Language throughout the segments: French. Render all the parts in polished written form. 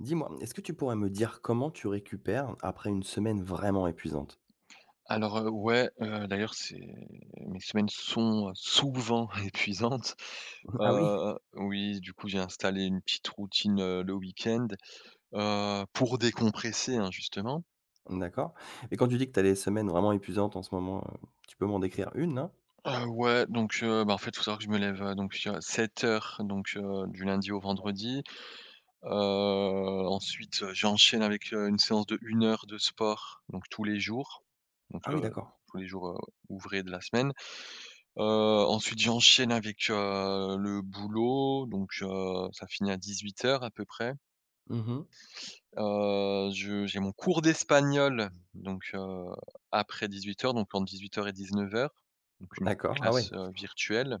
Dis-moi, est-ce que tu pourrais me dire comment tu récupères après une semaine vraiment épuisante? Alors, ouais, d'ailleurs, c'est mes semaines sont souvent épuisantes. Ah oui? Oui, du coup, j'ai installé une petite routine, le week-end, pour décompresser, hein, justement. D'accord. Et quand tu dis que tu as des semaines vraiment épuisantes en ce moment, tu peux m'en décrire une, là? Ouais, donc, bah, en fait, faut savoir que je me lève, donc, à 7 heures donc, du lundi au vendredi. Heu, ensuite, j'enchaîne avec, une séance de une heure de sport, donc tous les jours. Donc, Ah oui, d'accord. tous les jours, ouvrés de la semaine. Ensuite j'enchaîne avec, le boulot donc ça finit à 18 heures à peu près. Mmh. Je j'ai mon cours d'espagnol donc après 18 heures, donc entre 18 heures et 19 heures, donc une D'accord. Ah classe, ouais, virtuelle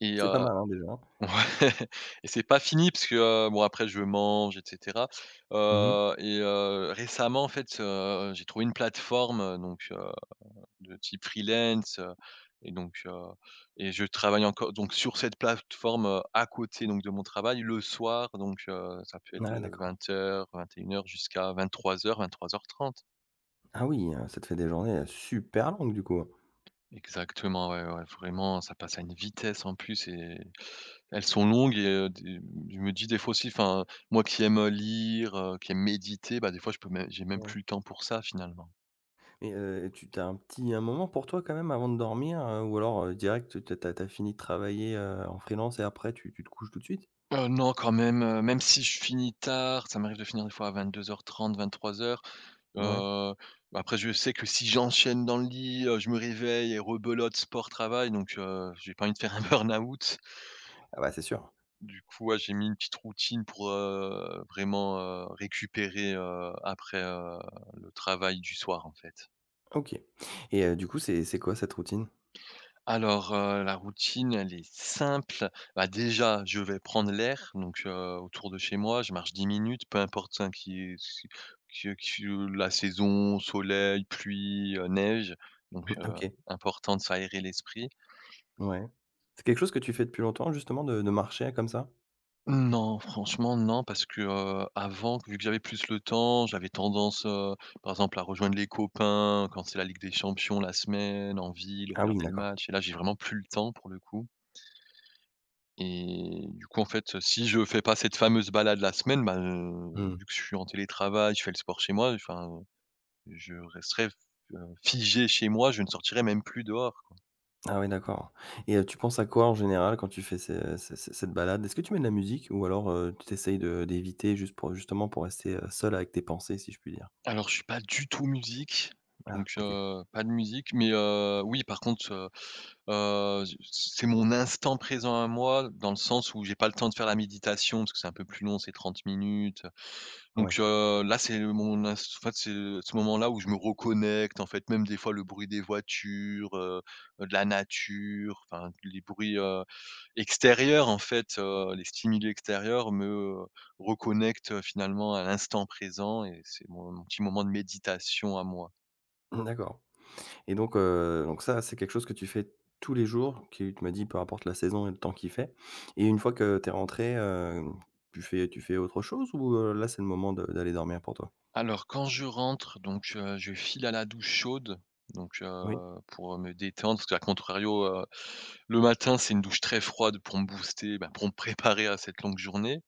et c'est pas mal, hein, déjà, hein? ouais, et c'est pas fini parce que, bon après je mange et cetera. Mmh mh. Récemment en fait, j'ai trouvé une plateforme, donc de type freelance, et donc heu et je travaille encore donc sur cette plateforme, à côté donc de mon travail le soir donc ça peut être Ouais, de d'accord. 20 heures vingt et une heures jusqu'à 23h30. Ah oui, ça te fait des journées, super longues, du coup. Exactement, ouais, ouais, vraiment, ça passe à une vitesse en plus, et elles sont longues et des je me dis des fois aussi, enfin, moi qui aime, lire, qui aime méditer, bah, des fois je peux même j'ai même Ouais. plus le temps pour ça finalement. Et tu as un moment pour toi, quand même, avant de dormir, ou alors, direct, tu as fini de travailler, en freelance et après tu te couches tout de suite? Non quand même, même si je finis tard, ça m'arrive de finir des fois à 22h30 trois heures Ouais. Heu, bah, après je sais que si j'enchaîne dans le lit, je me réveille et rebelote sport, travail, donc j'ai pas envie de faire un burn-out. Ah bah, c'est sûr. Du coup, ouais, j'ai mis une petite routine pour, vraiment, récupérer, après, le travail du soir, en fait. OK. Et du coup, c'est quoi cette routine? Alors, la routine, elle est simple. Bah, déjà, je vais prendre l'air, donc autour de chez moi, je marche 10 minutes, peu importe, hein, qui si que que la saison, soleil, pluie, neige, donc Mmh, OK, important de s'aérer l'esprit. ouais. C'est quelque chose que tu fais depuis longtemps, justement de marcher comme ça? Non, franchement, non, parce que, avant, vu que j'avais plus le temps, j'avais tendance, par exemple, à rejoindre les copains quand c'est la Ligue des Champions la semaine, en ville, Ah oui, regarder le d'accord. match, et là, j'ai vraiment plus le temps pour le coup. Et du coup, en fait, si je fais pas cette fameuse balade la semaine, bah, Mmh. vu que je suis en télétravail, je fais le sport chez moi, enfin, je resterai f figé chez moi, je ne sortirai même plus dehors, quoi. Ah oui, d'accord. Et tu penses à quoi, en général, quand tu fais ce ce ce cette balade? Est-ce que tu mets de la musique, ou alors, tu essayes de d'éviter, juste pour justement pour rester, seul avec tes pensées, si je puis dire? Alors je suis pas du tout musique, Ah donc OK, pas de musique, mais oui, par contre, z c'est mon instant présent à moi, dans le sens où j'ai pas le temps de faire la méditation, parce que c'est un peu plus long, c'est 30 minutes. Donc ouais. Là, c'est le- mon ins en fait, c'est ce moment-là où je me reconnecte, en fait, même des fois le bruit des voitures, de la nature, enfin les bruits, extérieurs, en fait, les stimuli extérieurs me reconnectent, finalement, à l'instant présent, et c'est mon petit moment de méditation à moi. Hmm, d'accord. Et donc ça, c'est quelque chose que tu fais tous les jours, qui tu m'as dit peu importe la saison et le temps qu'il fait. Et une fois que tu es rentré, tu fais autre chose, ou là, c'est le moment de d'aller dormir pour toi? Alors quand je rentre, donc je file à la douche chaude, donc Oui. Pour me détendre, parce qu'à contrario, le matin, c'est une douche très froide pour me booster, bah, pour me préparer à cette longue journée.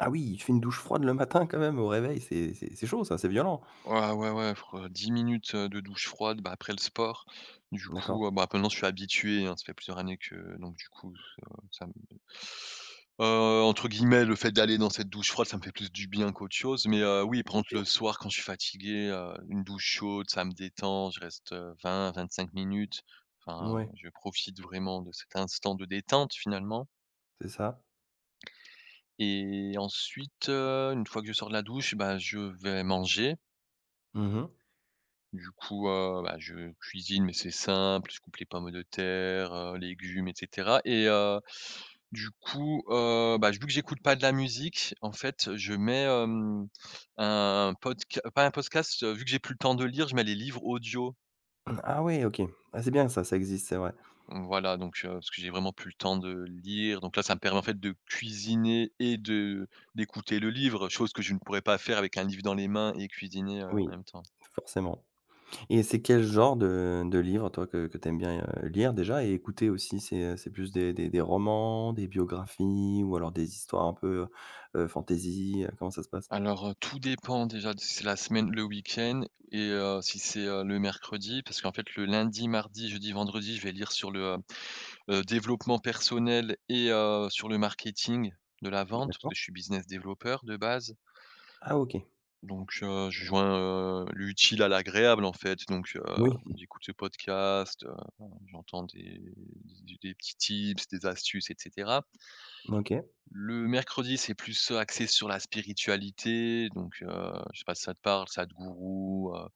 Ah oui, tu fais une douche froide le matin, quand même, au réveil? C'est chaud ça, c'est violent. Ouais, ouais, ouais, fre 10 minutes, de douche froide, bah, après le sport. Du D'accord. coup, bah, maintenant je suis habitué, hein, ça fait plusieurs années que, donc du coup, ça me entre guillemets, «le fait d'aller dans cette douche froide, ça me fait plus du bien qu'autre chose». Mais, oui, par contre le OK. soir quand je suis fatigué, une douche chaude, ça me détend, je reste, vingt, 25 minutes. Enfin, Ouais, je profite vraiment de cet instant de détente finalement. c'est ça. Et ensuite, une fois que je sors de la douche, bah, je vais manger. Mmh mh. Du coup, bah, je cuisine, mais c'est simple, je coupe les pommes de terre, légumes et cetera, et du coup, bah, vu que j'écoute pas de la musique, en fait, je mets, hem, un podca pas un podcast, vu que j'ai plus le temps de lire, je mets les livres audio. Ah ouais, OK. Ah c'est bien, ça existe, c'est vrai. Voilà, donc parce que j'ai vraiment plus le temps de lire, donc là, ça me permet, en fait, de cuisiner et de d'écouter le livre, chose que je ne pourrais pas faire avec un livre dans les mains et cuisiner, Oui, en même temps. forcément. Et c'est quel genre de livre, toi, que tu aimes bien, lire déjà et écouter aussi? C'est plus des romans, des biographies, ou alors des histoires un peu, fantasy? Comment ça se passe? Alors, tout dépend déjà de si c'est la semaine, le week-end, et si c'est, le mercredi, parce qu'en fait le lundi, mardi, jeudi, vendredi, je vais lire sur le, développement personnel et sur le marketing de la vente, parce que D'accord. je suis business développeur de base. Ah OK. Donc je joins, l'utile à l'agréable, en fait. Donc Oui, j'écoute ce podcast, j'entends des petits tips, des astuces etc. OK. Le mercredi, c'est plus, axé sur la spiritualité, donc je sais pas si ça te parle, sadhgourou,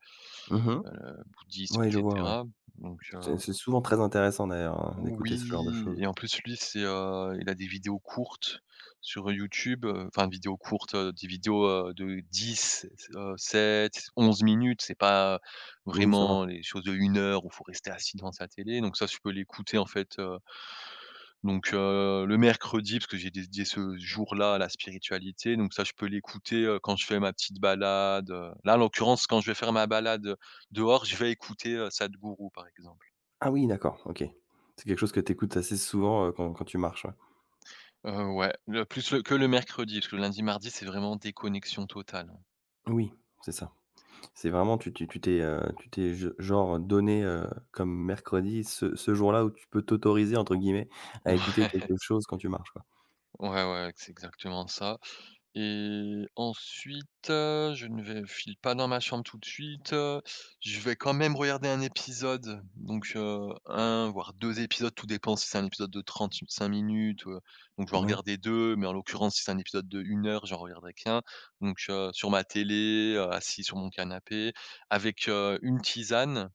Mmh mh. Bouddhisme et Ouais, je vois, ouais. cetera, donc C'est souvent très intéressant, d'ailleurs, hein, d'écouter ce genre de oui, choses. et en plus lui c'est, il a des vidéos courtes sur YouTube, enfin vidéos courtes, des vidéos, de 10, s 7 minutes, c'est pas Oui, ça va. vraiment les choses de une heure où faut rester assis devant sa télé, donc ça, tu peux l'écouter en fait. Donc le mercredi, parce que j'ai dédié ce jour-là à la spiritualité, donc ça, je peux l'écouter, quand je fais ma petite balade. Là, en l'occurrence, quand je vais faire ma balade, dehors, je vais écouter, Sadhguru, par exemple. Ah oui, d'accord, OK. C'est quelque chose que tu écoutes assez souvent, quand tu marches, ouais. Ouais, le mercredi, parce que le lundi, mardi, c'est vraiment déconnexion totale. Oui, c'est ça. C'est vraiment, tu t'es ge genre donné, comme mercredi, ce jour-là où tu peux «t'autoriser» entre guillemets à écouter quelque chose quand tu marches, quoi. Ouais, ouais, c'est exactement ça. Et ensuite, je ne vais file pas dans ma chambre tout de suite, je vais quand même regarder un épisode, donc 1 voire 2 épisodes, tout dépend si c'est un épisode de 35 minutes, donc je vais en Moui. regarder 2, mais en l'occurrence, si c'est un épisode de une heure, j'en regarderai qu'un. Donc sur ma télé, assis sur mon canapé avec, une tisane,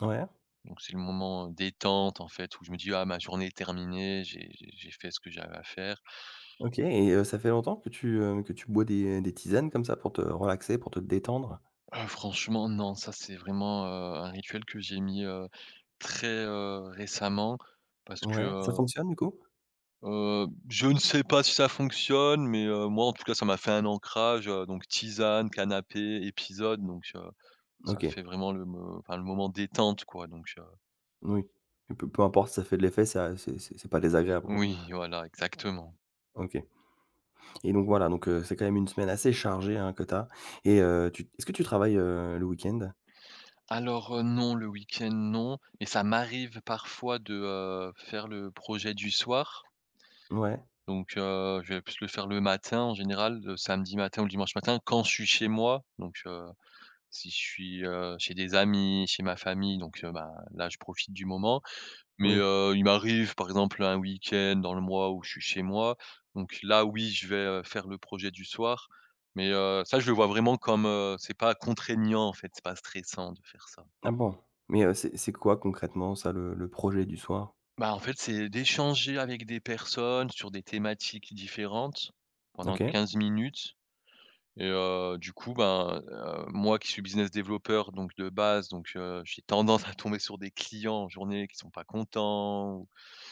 Ouais, donc c'est le moment détente en fait où je me dis: «Ah, ma journée est terminée, j'ai fait ce que j'avais à faire». OK. Et ça fait longtemps que tu bois des tisanes comme ça pour te relaxer, pour te détendre? Ah franchement non, ça c'est vraiment, un rituel que j'ai mis, très, récemment, parce que, Ouais, ça fonctionne, du coup? Je ne sais pas si ça fonctionne, mais moi en tout cas ça m'a fait un ancrage, donc tisane, canapé, épisode, donc ça OK, fait vraiment le me enfin le moment détente, quoi, donc oui. Et Peu importe si ça fait de l'effet, ça, c'est pas désagréable, quoi. oui voilà, exactement. OK. Et donc voilà, c'est quand même une semaine assez chargée, hein, que tu as. Et tu est-ce que tu travailles, le week-end? Alors, non le week-end non, mais ça m'arrive parfois de, faire le projet du soir. Ouais, Donc je vais plus le faire le matin en général, le samedi matin ou le dimanche matin quand je suis chez moi. Donc si je suis, chez des amis, chez ma famille, donc bah, là, je profite du moment. Mais oui. Il m'arrive, par exemple, un week-end dans le mois où je suis chez moi, donc là, oui, je vais, faire le projet du soir. Mais ça, je le vois vraiment comme, c'est pas contraignant, en fait, c'est pas stressant de faire ça. Ah bon? Mais, c'est quoi concrètement, ça, le projet du soir? Bah, en fait, c'est d'échanger avec des personnes sur des thématiques différentes pendant OK. 15 minutes. Et du coup, ben, moi qui suis business développeur donc de base, donc j'ai tendance à tomber sur des clients en journée qui sont pas contents ou,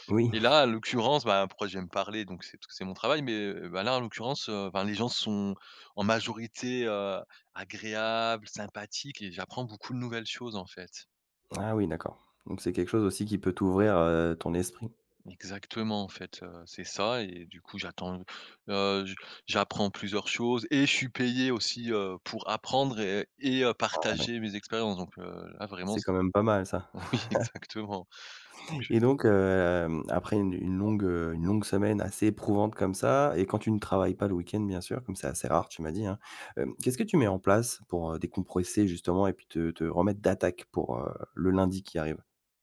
Oui. et là, en l'occurrence, ben pourquoi j'aime parler donc c'est parce que c'est mon travail, mais bah, là, en l'occurrence, ben, les gens sont en majorité, agréables, sympathiques, et j'apprends beaucoup de nouvelles choses, en fait. Ah oui, d'accord. Donc c'est quelque chose aussi qui peut t'ouvrir, ton esprit. Exactement, en fait, c'est ça, et du coup, j'attends, j j'apprends plusieurs choses et je suis payé aussi, pour apprendre Ouais, partager mes expériences, donc là vraiment c'est c quand même pas mal, ça. oui, exactement, donc je Et donc, après une longue semaine assez éprouvante comme ça, et quand tu ne travailles pas le week-end, bien sûr, comme c'est assez rare, tu m'as dit, hein, qu'est-ce que tu mets en place pour, décompresser, justement, et puis te remettre d'attaque pour, le lundi qui arrive?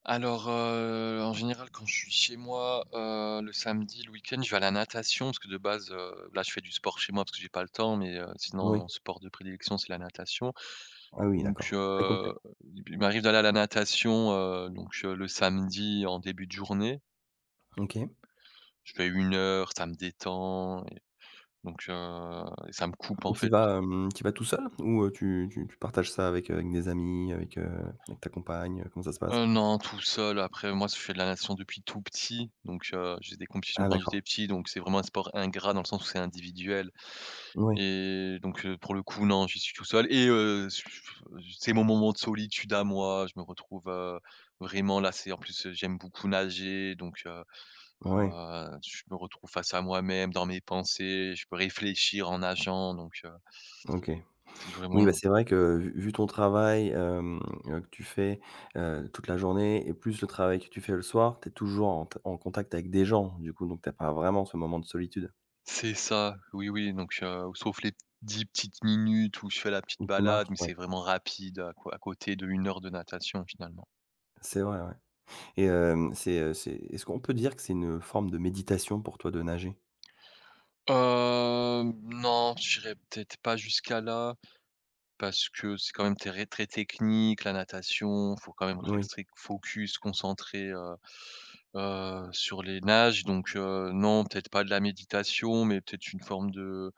alors, en général, quand je suis chez moi, le samedi, le week-end, je vais à la natation parce que de base, là, je fais du sport chez moi parce que j'ai pas le temps, mais sinon Oui. mon sport de prédilection, c'est la natation. Ah oui, Donc d'accord. Très complet. Il m'arrive d'aller à la natation, donc le samedi en début de journée. OK. Je fais une heure, ça me détend et donc et ça me coupe, en Et fait. Tu vas tout seul, ou, tu tu tu partages ça avec, avec des amis, avec ta compagne? Comment ça se passe? Non, tout seul, après moi, je fais de la natation depuis tout petit, donc j'ai des compétitions Ah quand j'étais d'accord. petit, donc c'est vraiment un sport ingrat dans le sens où c'est individuel Oui, et donc pour le coup, non, j'y suis tout seul et s c'est mon moment de solitude à moi. Je me retrouve, vraiment là, c'est en plus, j'aime beaucoup nager, donc oui, je me retrouve face à moi-même, dans mes pensées, je peux réfléchir en nageant, donc OK. c'est Oui, bah, vraiment. c'est vrai que, vu ton travail, que tu fais, toute la journée, et plus le travail que tu fais le soir, tu es toujours en t en contact avec des gens, du coup, donc tu pas vraiment ce moment de solitude C'est ça, oui, oui, donc sauf les 10 petites minutes où je fais la petite où tu balade, marches, mais ouais. c'est vraiment rapide à côté de 1 heure de natation finalement. C'est vrai, ouais. Et hem, c'est est-ce qu'on peut dire que c'est une forme de méditation pour toi, de nager? Non, j'irai peut-être pas jusqu'à là parce que c'est quand même très très technique, la natation, faut quand même Oui, rester focus, concentré, sur les nages, donc non, peut-être pas de la méditation, mais peut-être une forme de,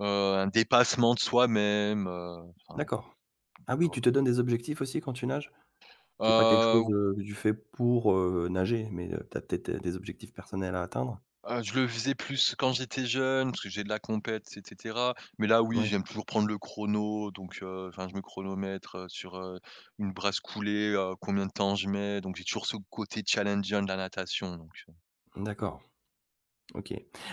un dépassement de soi-même, enfin, d'accord. Ah tu oui, vois? tu te donnes des objectifs aussi quand tu nages? C'est pas quelque chose, Heu que tu fais pour, nager, mais, tu as peut-être, des objectifs personnels à atteindre? je le faisais plus quand j'étais jeune, parce que j'ai de la compète et cetera. Mais là, oui, Ouais, j'aime toujours prendre le chrono, donc enfin, je me chronomètre, sur, une brasse coulée, combien de temps je mets, donc j'ai toujours ce côté challengeant de la natation, donc d'accord. OK.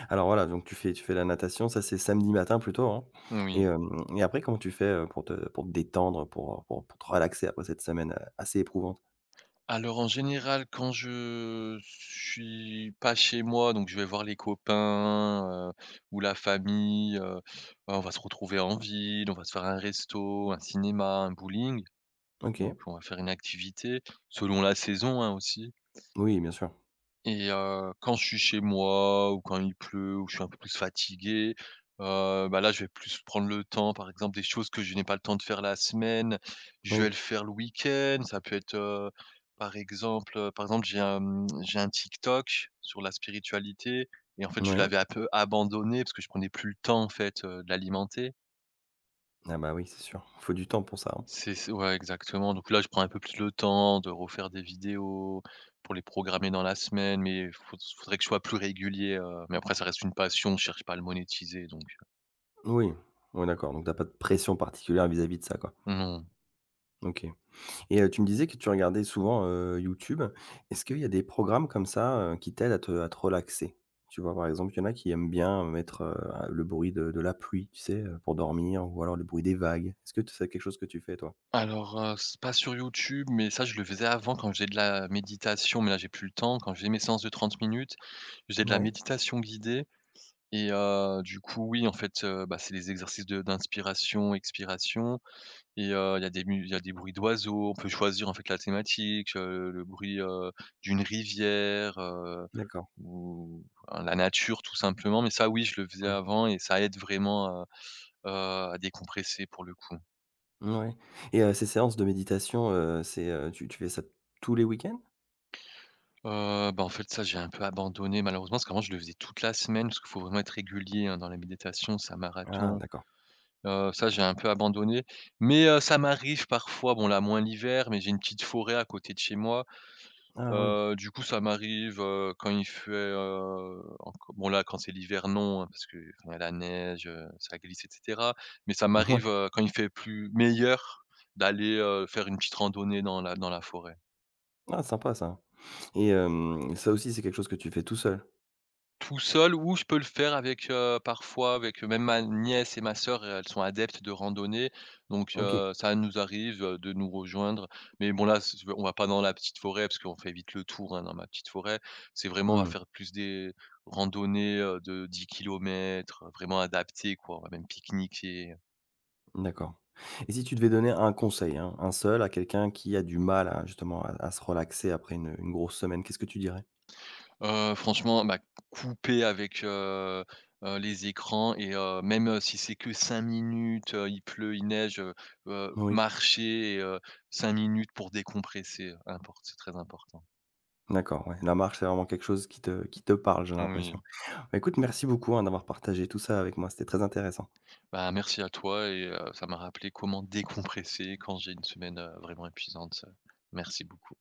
Alors voilà, donc tu fais la natation, ça c'est samedi matin plutôt, hein? oui. Et hem et après, comment tu fais, pour te détendre, pour te relaxer, après cette semaine, assez éprouvante? Alors, en général, quand je suis pas chez moi, donc je vais voir les copains, ou la famille, on va se retrouver en ville, on va se faire un resto, un cinéma, un bowling, OK. donc on va faire une activité, selon la saison, hein, aussi. Oui, bien sûr. Et quand je suis chez moi ou quand il pleut ou je suis un peu plus fatigué, bah, là, je vais plus prendre le temps, par exemple, des choses que je n'ai pas le temps de faire la semaine, je vais Oui. le faire le week-end. Ça peut être, par exemple, j'ai un, j'ai un TikTok sur la spiritualité et en fait, je Ouais. l'avais un peu abandonné parce que je prenais plus le temps, en fait, de l'alimenter. Ah bah, oui, c'est sûr. Il faut du temps pour ça, hein. C'est ouais, exactement. Donc là, je prends un peu plus le temps de refaire des vidéos pour les programmer dans la semaine, mais il faudrait que je sois plus régulier, mais après ça reste une passion, je cherche pas à le monétiser, donc Oui. Ouais, d'accord, donc t'as pas de pression particulière vis-à-vis de ça, quoi. non. OK. Et tu me disais que tu regardais souvent, YouTube. Est-ce qu'il y a des programmes comme ça, qui t'aident à te relaxer? Tu vois, par exemple, il y en a qui aiment bien mettre, le bruit de la pluie, tu sais, pour dormir, ou alors le bruit des vagues. Est-ce que t c'est quelque chose que tu fais, toi? Alors, c'est pas sur YouTube, mais ça je le faisais avant quand je faisais de la méditation, mais là j'ai plus le temps. Quand je mes séances de 30 minutes, je faisais de la Ouais. méditation guidée et du coup oui, en fait, bah, c'est les exercices de d'inspiration, expiration. Et il y a des mu il y a des bruits d'oiseaux, on peut choisir en fait la thématique, le bruit, d'une rivière, D'accord, ou la nature tout simplement. Mais ça oui, je le faisais ouais. avant et ça aide vraiment, heu, à décompresser pour le coup. Mouais. Et ces séances de méditation, c'est, tu tu fais ça tous les week-ends? Bah, en fait ça j'ai un peu abandonné malheureusement parce qu'avant je le faisais toute la semaine parce qu'il faut vraiment être régulier, hein, dans la méditation, c'est un Ah marathon. d'accord. Ça j'ai un peu abandonné, mais ça m'arrive parfois, bon là moins l'hiver, mais j'ai une petite forêt à côté de chez moi. Ah oui. Du coup, ça m'arrive, quand il fait, enco bon là, quand c'est l'hiver, non, hein, parce que quand il y a la neige, ça glisse et cetera. Mais ça m'arrive, quand il fait plus meilleur, d'aller, faire une petite randonnée dans la forêt. Ouais. Ah sympa, ça. Et ça aussi, c'est quelque chose que tu fais tout seul? Tout seul ou je peux le faire avec, parfois avec même ma nièce et ma sœur, elles sont adeptes de randonnée, donc OK. Ça nous arrive, de nous rejoindre. Mais bon là, c on va pas dans la petite forêt parce qu'on fait vite le tour, hein, dans ma petite forêt. C'est vraiment on va Mmh. faire plus des randonnées, de 10 kilomètres, vraiment adaptées, quoi, on va même pique-niquer. D'accord. Et si tu devais donner un conseil, hein, un seul, à quelqu'un qui a du mal, à justement, à se relaxer après une grosse semaine, qu'est-ce que tu dirais? Franchement, bah, couper avec, les écrans et même, si c'est que 5 minutes, il pleut, il neige, Oui. marcher et 5 minutes pour décompresser, importe, c'est très important. D'accord, ouais. La marche, c'est vraiment quelque chose qui te parle, j'ai l'impression. Oui. Bah, écoute, merci beaucoup, hein, d'avoir partagé tout ça avec moi. C'était très intéressant. Bah, merci à toi et ça m'a rappelé comment décompresser quand j'ai une semaine, vraiment épuisante. Merci beaucoup.